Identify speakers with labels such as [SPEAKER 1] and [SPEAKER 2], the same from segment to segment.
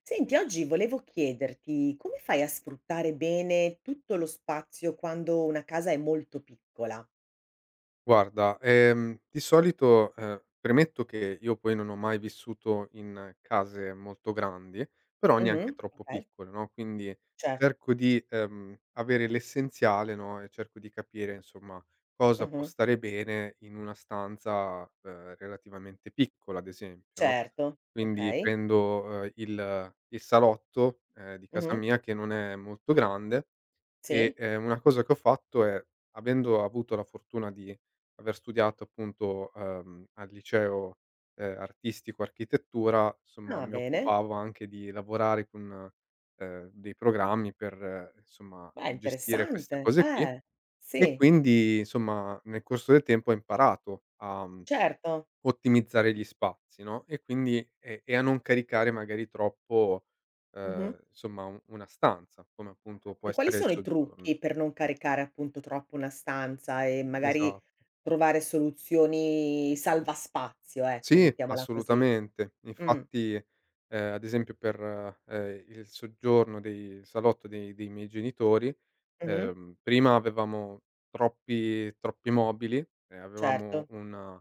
[SPEAKER 1] Senti, oggi volevo chiederti come fai a sfruttare bene tutto lo spazio quando una casa è molto piccola?
[SPEAKER 2] Guarda, di solito, premetto che io poi non ho mai vissuto in case molto grandi, però. Neanche
[SPEAKER 1] Mh-mh.
[SPEAKER 2] troppo
[SPEAKER 1] Okay,
[SPEAKER 2] piccole, no, quindi
[SPEAKER 1] certo.
[SPEAKER 2] cerco di, avere l'essenziale, no, e cerco di capire insomma cosa può
[SPEAKER 1] Mh-mh.
[SPEAKER 2] stare bene in una stanza, relativamente piccola ad esempio, no,
[SPEAKER 1] Certo,
[SPEAKER 2] quindi
[SPEAKER 1] okay.
[SPEAKER 2] prendo, il salotto, di casa
[SPEAKER 1] Mh-mh.
[SPEAKER 2] mia che non è molto grande e,
[SPEAKER 1] Sì.
[SPEAKER 2] una cosa che ho fatto è, avendo avuto la fortuna di aver studiato appunto, al liceo, artistico architettura, insomma
[SPEAKER 1] Ah,
[SPEAKER 2] mi
[SPEAKER 1] bene.
[SPEAKER 2] occupavo anche di lavorare con, dei programmi per, insomma,
[SPEAKER 1] Beh,
[SPEAKER 2] gestire queste
[SPEAKER 1] interessante.
[SPEAKER 2] cose qui e
[SPEAKER 1] Sì,
[SPEAKER 2] quindi, insomma, nel corso del tempo ho imparato a,
[SPEAKER 1] certo.
[SPEAKER 2] ottimizzare gli spazi, no, e quindi e a non caricare magari troppo,
[SPEAKER 1] Mh-mh.
[SPEAKER 2] insomma u una stanza, come appunto può
[SPEAKER 1] E quali
[SPEAKER 2] essere il
[SPEAKER 1] sono i
[SPEAKER 2] soggiorno.
[SPEAKER 1] trucchi per non caricare appunto troppo una stanza e magari
[SPEAKER 2] Esatto.
[SPEAKER 1] trovare soluzioni salva spazio, ecco,
[SPEAKER 2] Sì,
[SPEAKER 1] mettiamola così.
[SPEAKER 2] assolutamente.
[SPEAKER 1] Mh.
[SPEAKER 2] Infatti, ad esempio per, il salotto dei miei genitori,
[SPEAKER 1] Mh-mh.
[SPEAKER 2] prima avevamo troppi mobili e avevamo
[SPEAKER 1] Certo.
[SPEAKER 2] un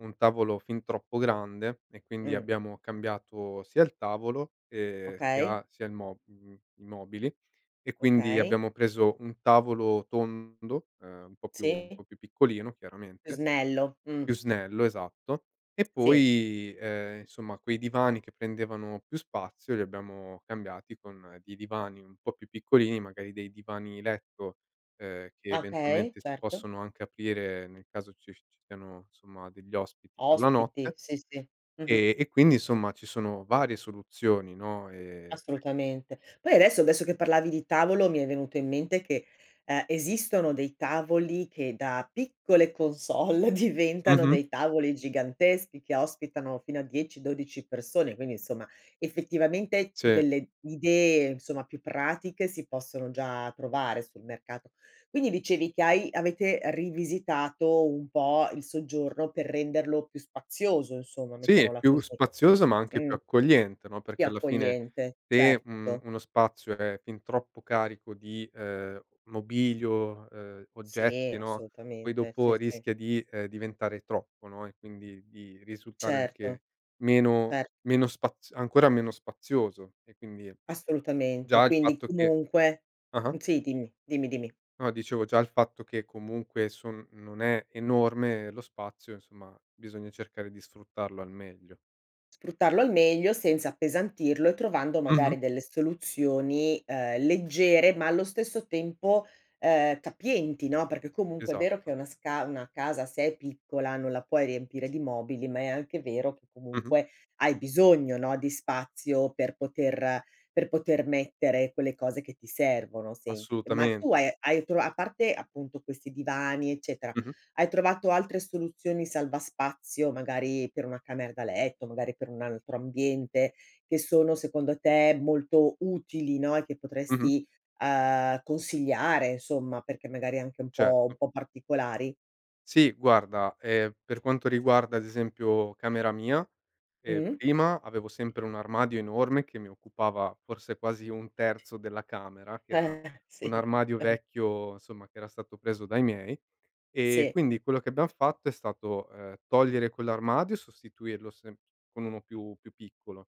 [SPEAKER 2] un tavolo fin troppo grande e quindi
[SPEAKER 1] Mh.
[SPEAKER 2] abbiamo cambiato sia il tavolo,
[SPEAKER 1] Okay.
[SPEAKER 2] sia il mo i mobili e quindi
[SPEAKER 1] Okay,
[SPEAKER 2] abbiamo preso un tavolo tondo, un po'
[SPEAKER 1] sì,
[SPEAKER 2] più piccolino
[SPEAKER 1] più
[SPEAKER 2] chiaramente.
[SPEAKER 1] snello,
[SPEAKER 2] Più snello, esatto. E
[SPEAKER 1] sì,
[SPEAKER 2] poi, insomma quei divani che prendevano più spazio li abbiamo cambiati con dei divani un po' più piccolini, magari dei divani letto, che
[SPEAKER 1] okay,
[SPEAKER 2] eventualmente si
[SPEAKER 1] certo.
[SPEAKER 2] possono anche aprire nel caso ci siano, insomma, degli ospiti per la
[SPEAKER 1] Ospiti,
[SPEAKER 2] notte.
[SPEAKER 1] sì, sì. Mh-mh.
[SPEAKER 2] E quindi, insomma, ci sono varie soluzioni, no, ecco.
[SPEAKER 1] Assolutamente. Poi adesso che parlavi di tavolo mi è venuto in mente che, esistono dei tavoli che da piccole console diventano
[SPEAKER 2] Mh-mh,
[SPEAKER 1] dei tavoli giganteschi che ospitano fino a 10, 12 persone, quindi insomma effettivamente
[SPEAKER 2] sì.
[SPEAKER 1] delle idee insomma più pratiche si possono già trovare sul mercato. Quindi dicevi che hai avete rivisitato un po' il soggiorno per renderlo più spazioso insomma,
[SPEAKER 2] Sì, è
[SPEAKER 1] mettiamola
[SPEAKER 2] più
[SPEAKER 1] così.
[SPEAKER 2] spaziosa, ma anche più
[SPEAKER 1] Mh,
[SPEAKER 2] accogliente, no,
[SPEAKER 1] più
[SPEAKER 2] perché alla fine
[SPEAKER 1] accogliente,
[SPEAKER 2] se,
[SPEAKER 1] certo.
[SPEAKER 2] uno spazio è fin troppo carico di, mobilio,
[SPEAKER 1] Sì,
[SPEAKER 2] oggetti, no, poi
[SPEAKER 1] assolutamente, sì,
[SPEAKER 2] dopo
[SPEAKER 1] sì.
[SPEAKER 2] rischia di, diventare troppo, no, e quindi di risultare
[SPEAKER 1] Certo,
[SPEAKER 2] anche meno
[SPEAKER 1] cer
[SPEAKER 2] meno spaz ancora meno spazioso. E quindi
[SPEAKER 1] assolutamente.
[SPEAKER 2] già il
[SPEAKER 1] Quindi
[SPEAKER 2] fatto che
[SPEAKER 1] comunque
[SPEAKER 2] ah-ah,
[SPEAKER 1] sì, dimmi, dimmi, dimmi.
[SPEAKER 2] no dicevo già il fatto che comunque son non è enorme lo spazio, insomma, bisogna cercare di sfruttarlo al meglio.
[SPEAKER 1] Sfruttarlo al meglio senza appesantirlo e trovando
[SPEAKER 2] Mh-mh,
[SPEAKER 1] magari delle soluzioni, leggere ma allo stesso tempo, capienti, no, perché comunque è vero che
[SPEAKER 2] esatto.
[SPEAKER 1] una casa se è piccola non la puoi riempire di mobili, ma è anche vero che
[SPEAKER 2] Mh-mh.
[SPEAKER 1] comunque hai bisogno, no, di spazio per poter mettere quelle cose che ti servono, sen ma tu
[SPEAKER 2] Assolutamente.
[SPEAKER 1] hai hai tro a parte appunto questi divani eccetera
[SPEAKER 2] Mh-mh.
[SPEAKER 1] hai trovato altre soluzioni salvaspazio, magari per una camera da letto, magari per un altro ambiente, che sono secondo te molto utili, no, e che
[SPEAKER 2] Mh-mh.
[SPEAKER 1] potresti, consigliare insomma, perché magari anche un po' un
[SPEAKER 2] Certo.
[SPEAKER 1] po' particolari?
[SPEAKER 2] Sì, guarda, per quanto riguarda ad esempio camera mia,
[SPEAKER 1] Mh.
[SPEAKER 2] prima avevo sempre un armadio enorme che mi occupava forse quasi 1/3 della camera, che era un
[SPEAKER 1] Sì.
[SPEAKER 2] armadio vecchio, insomma, che era stato preso dai miei. E
[SPEAKER 1] Sì,
[SPEAKER 2] quindi quello che abbiam fatto è stato, togliere quell'armadio e sostituirlo sem con uno più piccolo.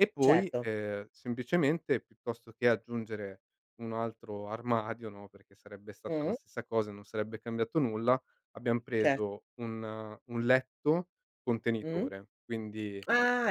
[SPEAKER 2] E poi,
[SPEAKER 1] certo.
[SPEAKER 2] semplicemente piuttosto che aggiungere un altro armadio, no, perché sarebbe stata la
[SPEAKER 1] Mh.
[SPEAKER 2] stessa cosa e non sarebbe cambiato nulla, abbiam
[SPEAKER 1] Cer
[SPEAKER 2] preso un letto
[SPEAKER 1] mh.
[SPEAKER 2] contenitore. Quindi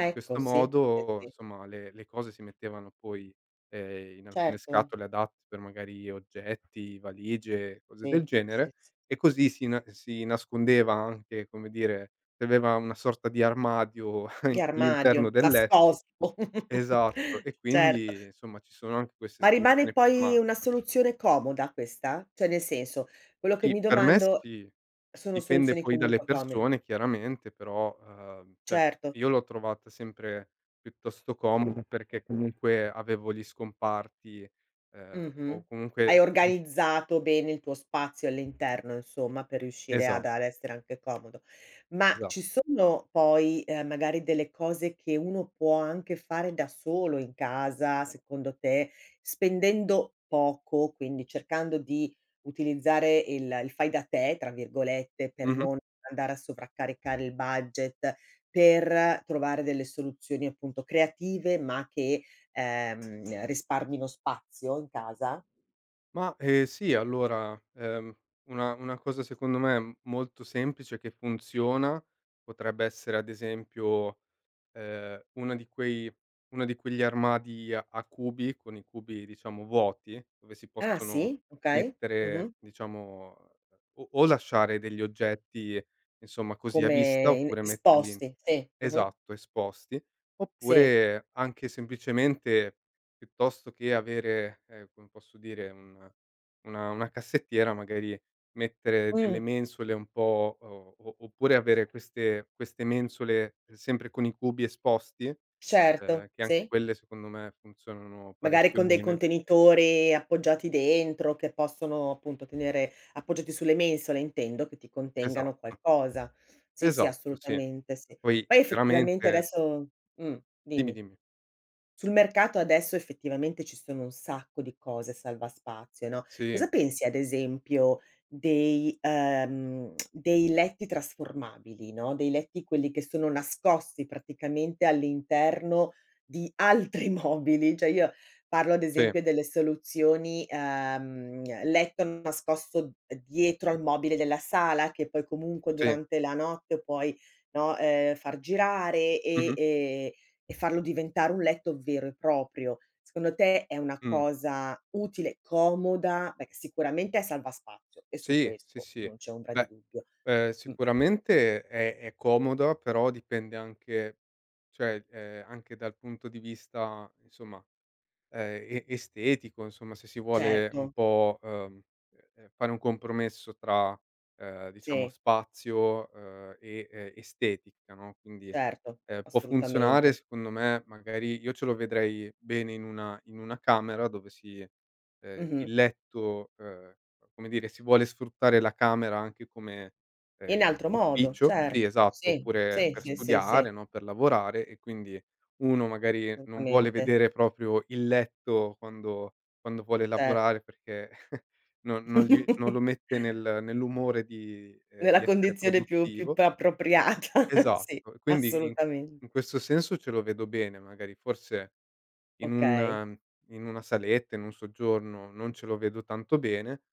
[SPEAKER 2] in
[SPEAKER 1] ecco,
[SPEAKER 2] questo
[SPEAKER 1] sì, sì,
[SPEAKER 2] modo,
[SPEAKER 1] sì.
[SPEAKER 2] somma, le cose si mettevano poi, in alcune
[SPEAKER 1] Certo.
[SPEAKER 2] scatole adatte per magari oggetti, valigie, cose del
[SPEAKER 1] Sì, sì,
[SPEAKER 2] genere
[SPEAKER 1] sì.
[SPEAKER 2] e così si nascondeva anche, come dire, si aveva una sorta di armadio
[SPEAKER 1] Di
[SPEAKER 2] all'interno
[SPEAKER 1] armadio,
[SPEAKER 2] del letto
[SPEAKER 1] nascosto.
[SPEAKER 2] esatto, e
[SPEAKER 1] Certo.
[SPEAKER 2] quindi insomma ci sono anche queste
[SPEAKER 1] Ma rimane
[SPEAKER 2] soluzioni più
[SPEAKER 1] poi
[SPEAKER 2] smart.
[SPEAKER 1] una soluzione comoda questa? Cioè nel senso, quello che
[SPEAKER 2] Sì,
[SPEAKER 1] mi
[SPEAKER 2] per me
[SPEAKER 1] domando
[SPEAKER 2] sì,
[SPEAKER 1] sono
[SPEAKER 2] dipende
[SPEAKER 1] soluzioni
[SPEAKER 2] poi dalle
[SPEAKER 1] comunque comode.
[SPEAKER 2] persone chiaramente, però, cioè
[SPEAKER 1] Certo.
[SPEAKER 2] io l'ho trovata sempre piuttosto comoda perché comunque avevo gli scomparti, ehm,
[SPEAKER 1] Mh-mh.
[SPEAKER 2] o
[SPEAKER 1] Hai
[SPEAKER 2] comunque rius
[SPEAKER 1] organizzato bene il tuo spazio all'interno insomma, per riuscire ad
[SPEAKER 2] esa
[SPEAKER 1] ad essere anche comodo. Ma
[SPEAKER 2] esa
[SPEAKER 1] ci sono poi, magari delle cose che uno può anche fare da solo in casa, secondo te, spendendo poco, quindi cercando di utilizzare il "fai da te", tra virgolette, per
[SPEAKER 2] mh-mh.
[SPEAKER 1] non andare a sovraccaricare il budget, per trovare delle soluzioni appunto creative, ma che risparmino spazio in casa.
[SPEAKER 2] Ma, sì, allora, una cosa secondo me m- molto semplice che funziona potrebbe essere ad esempio, una di quei uno di quegli armadi a cubi, con i cubi diciamo vuoti, dove si
[SPEAKER 1] Ah
[SPEAKER 2] possono
[SPEAKER 1] sì? Okay. Mh-mh.
[SPEAKER 2] mettere diciamo o lasciare degli oggetti insomma così
[SPEAKER 1] Come
[SPEAKER 2] a vista,
[SPEAKER 1] in
[SPEAKER 2] oppure metterli in...
[SPEAKER 1] esposti, sì, mh-mh,
[SPEAKER 2] Esatto, esposti.
[SPEAKER 1] sì.
[SPEAKER 2] Oppure anche semplicemente, piuttosto che avere, come posso dire, un una cassettiera, magari mettere delle
[SPEAKER 1] Mh,
[SPEAKER 2] mensole un po' o oppure avere queste mensole sempre con i cubi esposti,
[SPEAKER 1] certo,
[SPEAKER 2] che anche
[SPEAKER 1] sì.
[SPEAKER 2] quelle secondo me funzionano
[SPEAKER 1] Magari
[SPEAKER 2] parecchio
[SPEAKER 1] con dei
[SPEAKER 2] bene.
[SPEAKER 1] contenitori appoggiati dentro che possono appunto tenere appoggiati sulle mensole intendo, che ti
[SPEAKER 2] Esatto,
[SPEAKER 1] contengano qualcosa. Sì, sì,
[SPEAKER 2] esatto, sì.
[SPEAKER 1] assolutamente sì.
[SPEAKER 2] Poi
[SPEAKER 1] Poi effettivamente
[SPEAKER 2] chiaramente
[SPEAKER 1] adesso
[SPEAKER 2] dimmi,
[SPEAKER 1] dimmi.
[SPEAKER 2] dimmi.
[SPEAKER 1] Sul mercato adesso effettivamente ci sono un sacco di cose salva spazio, no,
[SPEAKER 2] Sì,
[SPEAKER 1] cosa pensi ad esempio dei letti trasformabili, no, dei letti quelli che sono nascosti praticamente all'interno di altri mobili? Cioè io parlo ad
[SPEAKER 2] sì,
[SPEAKER 1] esempio delle soluzioni, letto nascosto dietro al mobile della sala che poi comunque
[SPEAKER 2] sì.
[SPEAKER 1] durante la notte puoi, no, far girare
[SPEAKER 2] Mh-mh,
[SPEAKER 1] e farlo diventare un letto vero e proprio. Secondo te è una
[SPEAKER 2] mh.
[SPEAKER 1] cosa utile, comoda? Beh, sicuramente salva spazio e su
[SPEAKER 2] Sì, sì,
[SPEAKER 1] questo
[SPEAKER 2] sì.
[SPEAKER 1] non c'è ombra di
[SPEAKER 2] Beh,
[SPEAKER 1] dubbio. Mh,
[SPEAKER 2] sicuramente è comoda, però dipende anche cioè, anche dal punto di vista, insomma, e estetico, insomma, se si vuole un
[SPEAKER 1] certo,
[SPEAKER 2] po', fare un compromesso tra, diciamo
[SPEAKER 1] sì,
[SPEAKER 2] spazio, e, estetica, no, quindi,
[SPEAKER 1] certo,
[SPEAKER 2] può funzionare
[SPEAKER 1] assolutamente.
[SPEAKER 2] secondo me, magari io ce lo vedrei bene in una camera dove si
[SPEAKER 1] Mh-mh.
[SPEAKER 2] il letto, come dire, si vuole sfruttare la camera anche come, ehm,
[SPEAKER 1] In altro modo,
[SPEAKER 2] ufficio
[SPEAKER 1] cer
[SPEAKER 2] sì, esatto,
[SPEAKER 1] sì,
[SPEAKER 2] oppure
[SPEAKER 1] sì,
[SPEAKER 2] per
[SPEAKER 1] sì, sì, sì,
[SPEAKER 2] studiare, no, per lavorare e quindi uno magari non vuole
[SPEAKER 1] assolutamente,
[SPEAKER 2] vedere proprio il letto quando quando vuole
[SPEAKER 1] certo.
[SPEAKER 2] lavorare perché non gli non lo mette nel nell'umore di
[SPEAKER 1] Nella
[SPEAKER 2] essere
[SPEAKER 1] condizione più più p
[SPEAKER 2] produttivo.
[SPEAKER 1] appropriata, sì,
[SPEAKER 2] Esatto, e quindi in
[SPEAKER 1] assolutamente.
[SPEAKER 2] in questo senso ce lo vedo bene magari, forse in
[SPEAKER 1] Okay,
[SPEAKER 2] un in una saletta, in un soggiorno non ce lo vedo tanto bene.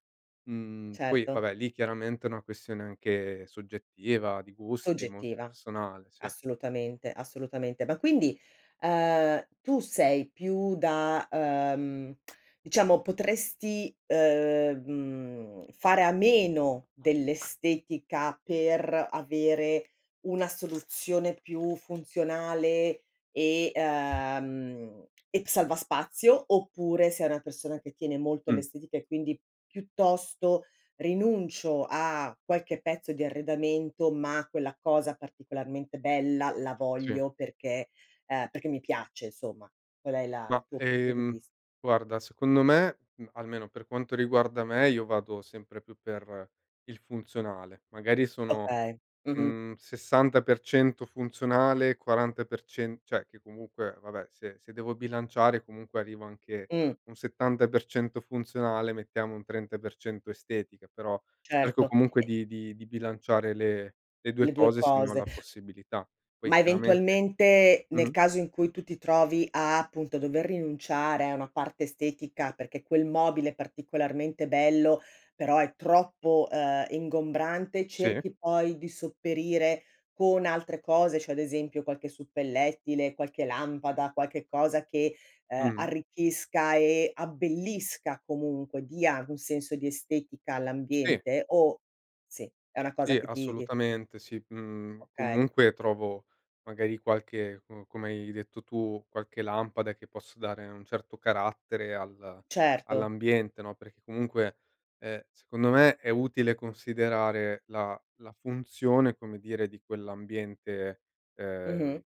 [SPEAKER 2] Mhmm, poi
[SPEAKER 1] certo,
[SPEAKER 2] vabbè lì chiaramente è una questione anche soggettiva, di gusti, molto
[SPEAKER 1] soggettiva.
[SPEAKER 2] personale, sì.
[SPEAKER 1] Assolutamente, assolutamente. Ma quindi, tu sei più da, diciamo potresti, fare a meno dell'estetica per avere una soluzione più funzionale e salva spazio, oppure sei una persona che tiene molto
[SPEAKER 2] Mh,
[SPEAKER 1] all'estetica e quindi piuttosto rinuncio a qualche pezzo di arredamento, ma quella cosa particolarmente bella la
[SPEAKER 2] sì.
[SPEAKER 1] voglio perché perché mi piace insomma. Qual è la
[SPEAKER 2] Ma,
[SPEAKER 1] il tuo punto di vis
[SPEAKER 2] guarda secondo me, almeno per quanto riguarda me, io vado sempre più per il funzionale. Magari sono,
[SPEAKER 1] okay. Mh-mh.
[SPEAKER 2] 60% funzionale, 40% cioè che comunque vabbè se se devo bilanciare comunque arrivo anche
[SPEAKER 1] Mh,
[SPEAKER 2] un 70% funzionale, mettiamo un 30% estetica, però cerco
[SPEAKER 1] certo.
[SPEAKER 2] comunque
[SPEAKER 1] E
[SPEAKER 2] di di bilanciare le 2
[SPEAKER 1] le due
[SPEAKER 2] cose se ne ho
[SPEAKER 1] cose.
[SPEAKER 2] la possibilità. Poi
[SPEAKER 1] Ma
[SPEAKER 2] chiaramente
[SPEAKER 1] eventualmente, nel
[SPEAKER 2] mh-mh,
[SPEAKER 1] caso in cui tu ti trovi a, appunto, dover rinunciare a una parte estetica perché quel mobile è particolarmente bello, però è troppo, ingombrante,
[SPEAKER 2] sì,
[SPEAKER 1] cerchi poi di sopperire con altre cose, cioè ad esempio qualche suppellettile, qualche lampada, qualche cosa che,
[SPEAKER 2] mh-mh,
[SPEAKER 1] arricchisca e abbellisca comunque, dia un senso di estetica
[SPEAKER 2] sì.
[SPEAKER 1] all'ambiente o sì, è una cosa
[SPEAKER 2] Sì,
[SPEAKER 1] che ti
[SPEAKER 2] assolutamente sì. Mhmm,
[SPEAKER 1] okay,
[SPEAKER 2] comunque trovo magari qualche, co come hai detto tu, qualche lampada che possa dare un certo carattere al
[SPEAKER 1] certo.
[SPEAKER 2] all'ambiente, no, perché comunque, secondo me è utile considerare la funzione, come dire, di quell'ambiente,
[SPEAKER 1] Mh-mh.
[SPEAKER 2] di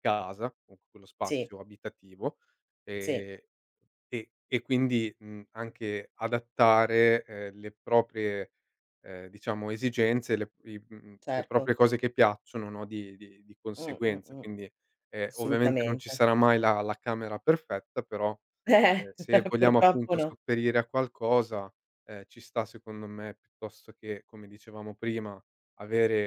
[SPEAKER 2] casa, comunque quello
[SPEAKER 1] Sì,
[SPEAKER 2] spazio abitativo,
[SPEAKER 1] sì,
[SPEAKER 2] ehm e quindi, anche adattare, le proprie, diciamo esigenze, le i le proprie
[SPEAKER 1] certo.
[SPEAKER 2] cose che piacciono, no, di di
[SPEAKER 1] Mh, mh,
[SPEAKER 2] conseguenza.
[SPEAKER 1] mh,
[SPEAKER 2] Quindi, ovviamente non ci
[SPEAKER 1] assolutamente.
[SPEAKER 2] sarà mai la camera perfetta, però
[SPEAKER 1] Eh,
[SPEAKER 2] se vogliamo
[SPEAKER 1] purtroppo
[SPEAKER 2] appunto
[SPEAKER 1] no.
[SPEAKER 2] sopperire a qualcosa, ci sta secondo me piuttosto che, come dicevamo prima,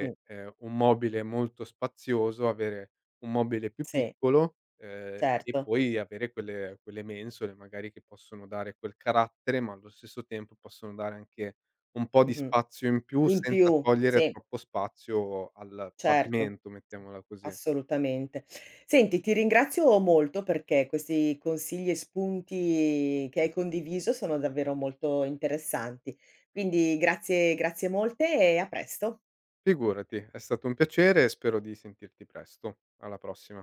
[SPEAKER 1] Mh,
[SPEAKER 2] un mobile molto spazioso, avere un mobile più
[SPEAKER 1] sì,
[SPEAKER 2] piccolo, e
[SPEAKER 1] certo.
[SPEAKER 2] poi avere quelle mensole magari che possono dare quel carattere, ma allo stesso tempo possono dare anche un po' di
[SPEAKER 1] Mh-mh.
[SPEAKER 2] spazio in più
[SPEAKER 1] In
[SPEAKER 2] senza
[SPEAKER 1] più,
[SPEAKER 2] togliere
[SPEAKER 1] sì,
[SPEAKER 2] troppo spazio al
[SPEAKER 1] certo.
[SPEAKER 2] pavimento, mettiamola così.
[SPEAKER 1] Assolutamente. Senti, ti ringrazio molto perché questi consigli e spunti che hai condiviso sono davvero molto interessanti. Quindi grazie molte e a presto.
[SPEAKER 2] Figurati, è stato un piacere e spero di sentirti presto. Alla prossima.